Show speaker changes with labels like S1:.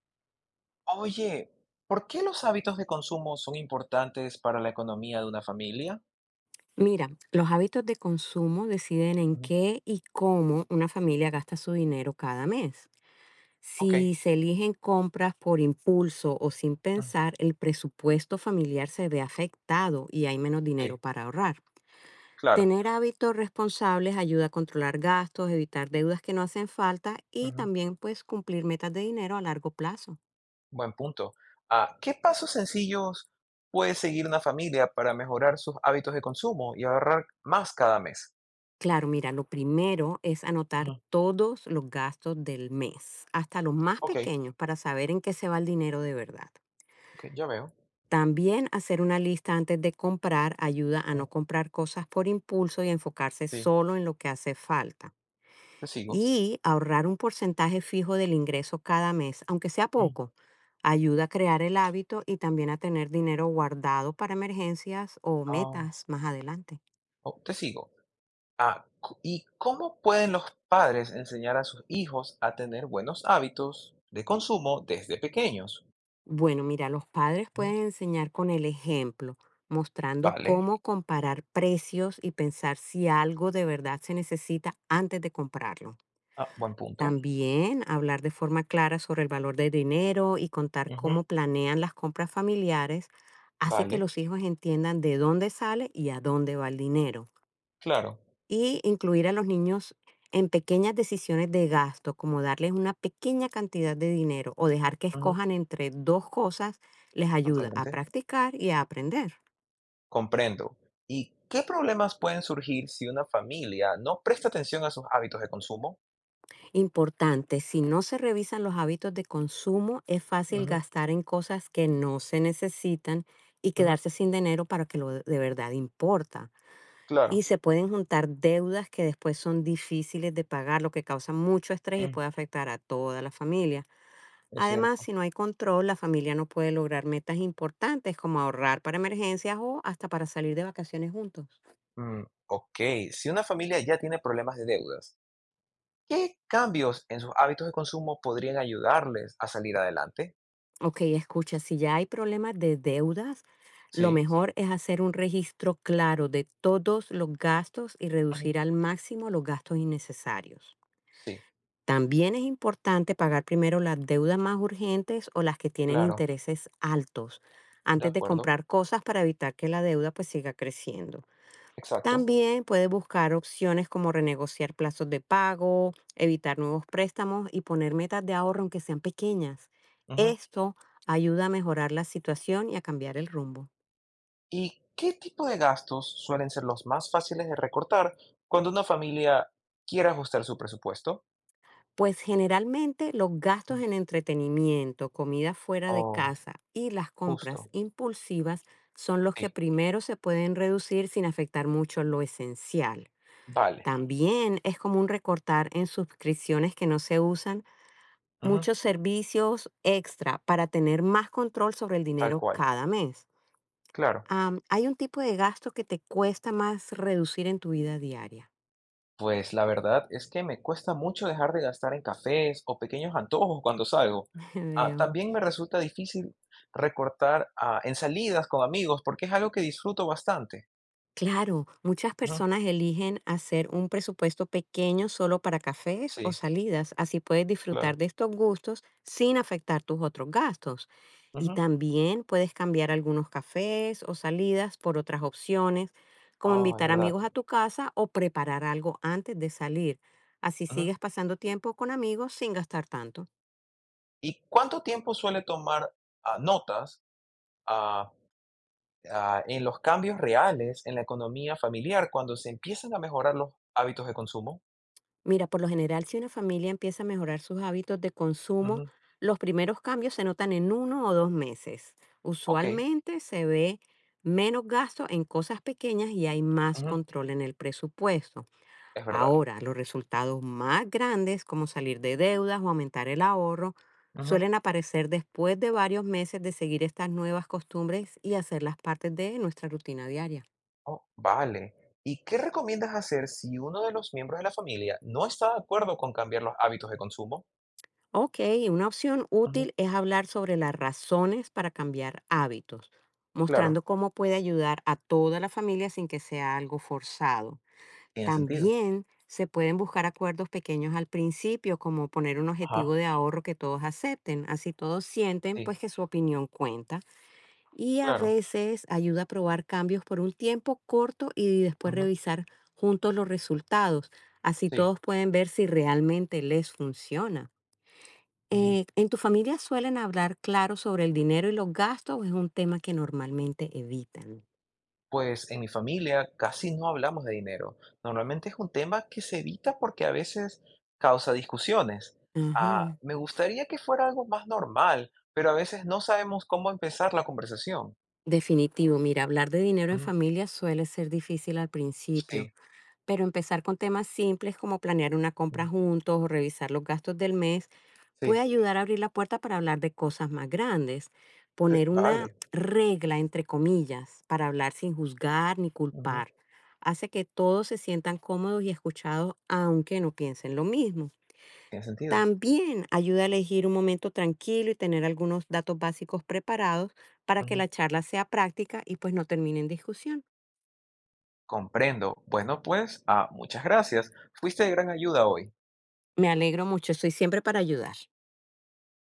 S1: Oye, ¿por qué los hábitos de consumo son importantes para la economía de una familia?
S2: Mira, los hábitos de consumo deciden en
S1: Ujú.
S2: qué y cómo una familia gasta su dinero cada mes.
S1: Ok,
S2: Si se eligen compras por impulso o sin
S1: ujú,
S2: pensar, el presupuesto familiar se ve afectado y hay menos
S1: sí,
S2: dinero para ahorrar.
S1: claro,
S2: Tener hábitos responsables ayuda a controlar gastos, evitar deudas que no hacen falta y
S1: ujú,
S2: también pues cumplir metas de dinero a largo plazo.
S1: buen punto. ¿Qué pasos sencillos puede seguir una familia para mejorar sus hábitos de consumo y ahorrar más cada mes?
S2: Claro, mira, lo primero es anotar
S1: Ujú,
S2: todos los gastos del mes, hasta los más
S1: Ok,
S2: pequeños, para saber en qué se va el dinero de verdad.
S1: ok, ya veo.
S2: También hacer una lista antes de comprar ayuda a
S1: Ujú,
S2: no comprar cosas por impulso y enfocarse
S1: Sí,
S2: solo en lo que hace falta.
S1: te sigo.
S2: Y ahorrar un porcentaje fijo del ingreso cada mes, aunque sea
S1: Ujú.
S2: poco, ayuda a crear el hábito y también a tener dinero guardado para emergencias o
S1: Ah,
S2: metas más adelante.
S1: oh, Te sigo. ¿Y cómo pueden los padres enseñar a sus hijos a tener buenos hábitos de consumo desde pequeños?
S2: Bueno, mira, los padres pueden enseñar con el ejemplo, mostrando
S1: Vale.
S2: cómo comparar precios y pensar si algo de verdad se necesita antes de comprarlo.
S1: Buen punto.
S2: También hablar de forma clara sobre el valor del dinero y contar
S1: Ujú.
S2: cómo planean las compras familiares hace que
S1: Vale,
S2: los hijos entiendan de dónde sale y a dónde va el dinero.
S1: claro.
S2: Y incluir a los niños en pequeñas decisiones de gasto, como darles una pequeña cantidad de dinero o dejar que
S1: Ujú,
S2: escojan entre dos cosas, les ayuda a
S1: totalmente.
S2: practicar y a aprender.
S1: Comprendo. ¿Y qué problemas pueden surgir si una familia no presta atención a sus hábitos de consumo?
S2: Importante, si no se revisan los hábitos de consumo, es fácil
S1: Ujú,
S2: gastar en cosas que no se necesitan y
S1: ujú,
S2: quedarse sin dinero para que lo de verdad importa.
S1: claro.
S2: Y se pueden juntar deudas que después son difíciles de pagar, lo que causa mucho estrés y
S1: Mm,
S2: puede afectar a toda la familia.
S1: es
S2: Además,
S1: cierto.
S2: si no hay control, la familia no puede lograr metas importantes como ahorrar para emergencias o hasta para salir de vacaciones juntos.
S1: Mm, ok. Si una familia ya tiene problemas de deudas, ¿qué cambios en sus hábitos de consumo podrían ayudarles a salir adelante?
S2: Ok, escucha, si ya hay problemas de deudas, lo
S1: Sí.
S2: mejor es hacer un registro claro de todos los gastos y
S1: Ujú,
S2: reducir al máximo los gastos innecesarios.
S1: sí,
S2: También es importante pagar primero las deudas más urgentes o las que tienen
S1: claro.
S2: intereses altos
S1: De
S2: antes de
S1: acuerdo.
S2: comprar cosas para evitar que la deuda pues siga creciendo.
S1: Exacto.
S2: También puedes buscar opciones como renegociar plazos de pago, evitar nuevos préstamos y poner metas de ahorro aunque sean pequeñas. Esto ayuda a mejorar la situación y a cambiar el rumbo.
S1: ¿Y qué tipo de gastos suelen ser los más fáciles de recortar cuando una familia quiere ajustar su presupuesto?
S2: Pues generalmente los gastos en entretenimiento, comida fuera de
S1: Oh,
S2: casa y las compras
S1: justo.
S2: impulsivas son los que
S1: Sí,
S2: primero se pueden reducir sin afectar mucho lo esencial.
S1: vale.
S2: También es común recortar en suscripciones que no se usan
S1: Ujú,
S2: muchos servicios extra para tener más control sobre el
S1: tal
S2: dinero
S1: cual.
S2: cada mes.
S1: Claro.
S2: ¿Hay un tipo de gasto que te cuesta más reducir en tu vida diaria?
S1: Pues la verdad es que me cuesta mucho dejar de gastar en cafés o pequeños antojos cuando salgo. Ah,
S2: Veo.
S1: también me resulta difícil recortar en salidas con amigos porque es algo que disfruto bastante.
S2: Claro, muchas
S1: Ujú,
S2: personas eligen hacer un presupuesto pequeño solo para cafés o
S1: Sí,
S2: salidas, así puedes disfrutar
S1: claro.
S2: de estos gustos sin afectar tus otros gastos. Y
S1: Ujú.
S2: también puedes cambiar algunos cafés o salidas por otras opciones, como
S1: Ah, es
S2: invitar
S1: verdad.
S2: amigos a tu casa o preparar algo antes de salir. Así
S1: Ujú.
S2: sigues pasando tiempo con amigos sin gastar tanto.
S1: ¿Y cuánto tiempo suele tomar notas ah, en los cambios reales en la economía familiar cuando se empiezan a mejorar los hábitos de consumo?
S2: Mira, por lo general, si una familia empieza a mejorar sus hábitos de consumo,
S1: Ujú,
S2: los primeros cambios se notan en uno o dos meses.
S1: ok,
S2: Usualmente se ve menos gasto en cosas pequeñas y hay más
S1: ujú,
S2: control en el presupuesto.
S1: es verdad.
S2: Ahora, los resultados más grandes, como salir de deudas o aumentar el ahorro,
S1: Ujú,
S2: suelen aparecer después de varios meses de seguir estas nuevas costumbres y hacerlas parte de nuestra rutina diaria.
S1: oh, vale. ¿Y qué recomiendas hacer si uno de los miembros de la familia no está de acuerdo con cambiar los hábitos de consumo?
S2: Ok, una opción
S1: Ujú,
S2: útil es hablar sobre las razones para cambiar hábitos,
S1: claro,
S2: mostrando cómo puede ayudar a toda la familia sin que sea algo forzado.
S1: tiene sentido.
S2: También se pueden buscar acuerdos pequeños al principio, como poner un objetivo
S1: Ajá,
S2: de ahorro que todos acepten, así todos sienten
S1: sí,
S2: pues que su opinión cuenta. Y a
S1: claro.
S2: veces ayuda a probar cambios por un tiempo corto y después
S1: Ujú,
S2: revisar juntos los resultados, así
S1: sí.
S2: todos pueden ver si realmente les funciona.
S1: Ujú.
S2: ¿En tu familia suelen hablar claro sobre el dinero y los gastos o es un tema que normalmente evitan?
S1: Pues en mi familia casi no hablamos de dinero. Normalmente es un tema que se evita porque a veces causa discusiones. Ah,
S2: Ajá,
S1: me gustaría que fuera algo más normal, pero a veces no sabemos cómo empezar la conversación.
S2: definitivo. Mira, hablar de dinero en
S1: Ujú,
S2: familia suele ser difícil al principio,
S1: Sí,
S2: pero empezar con temas simples como planear una compra
S1: ujú,
S2: juntos o revisar los gastos del mes puede
S1: sí,
S2: ayudar a abrir la puerta para hablar de cosas más grandes.
S1: sí,
S2: Poner una
S1: vale.
S2: regla, entre comillas, para hablar sin juzgar ni
S1: Ujú,
S2: culpar, hace que todos se sientan cómodos y escuchados aunque no piensen lo mismo.
S1: tiene sentido.
S2: También ayuda a elegir un momento tranquilo y tener algunos datos básicos preparados para que
S1: Ujú.
S2: la charla sea práctica y pues no termine en discusión.
S1: Comprendo. Bueno, pues, muchas gracias. Fuiste de gran ayuda hoy.
S2: Me alegro mucho, estoy siempre para ayudar.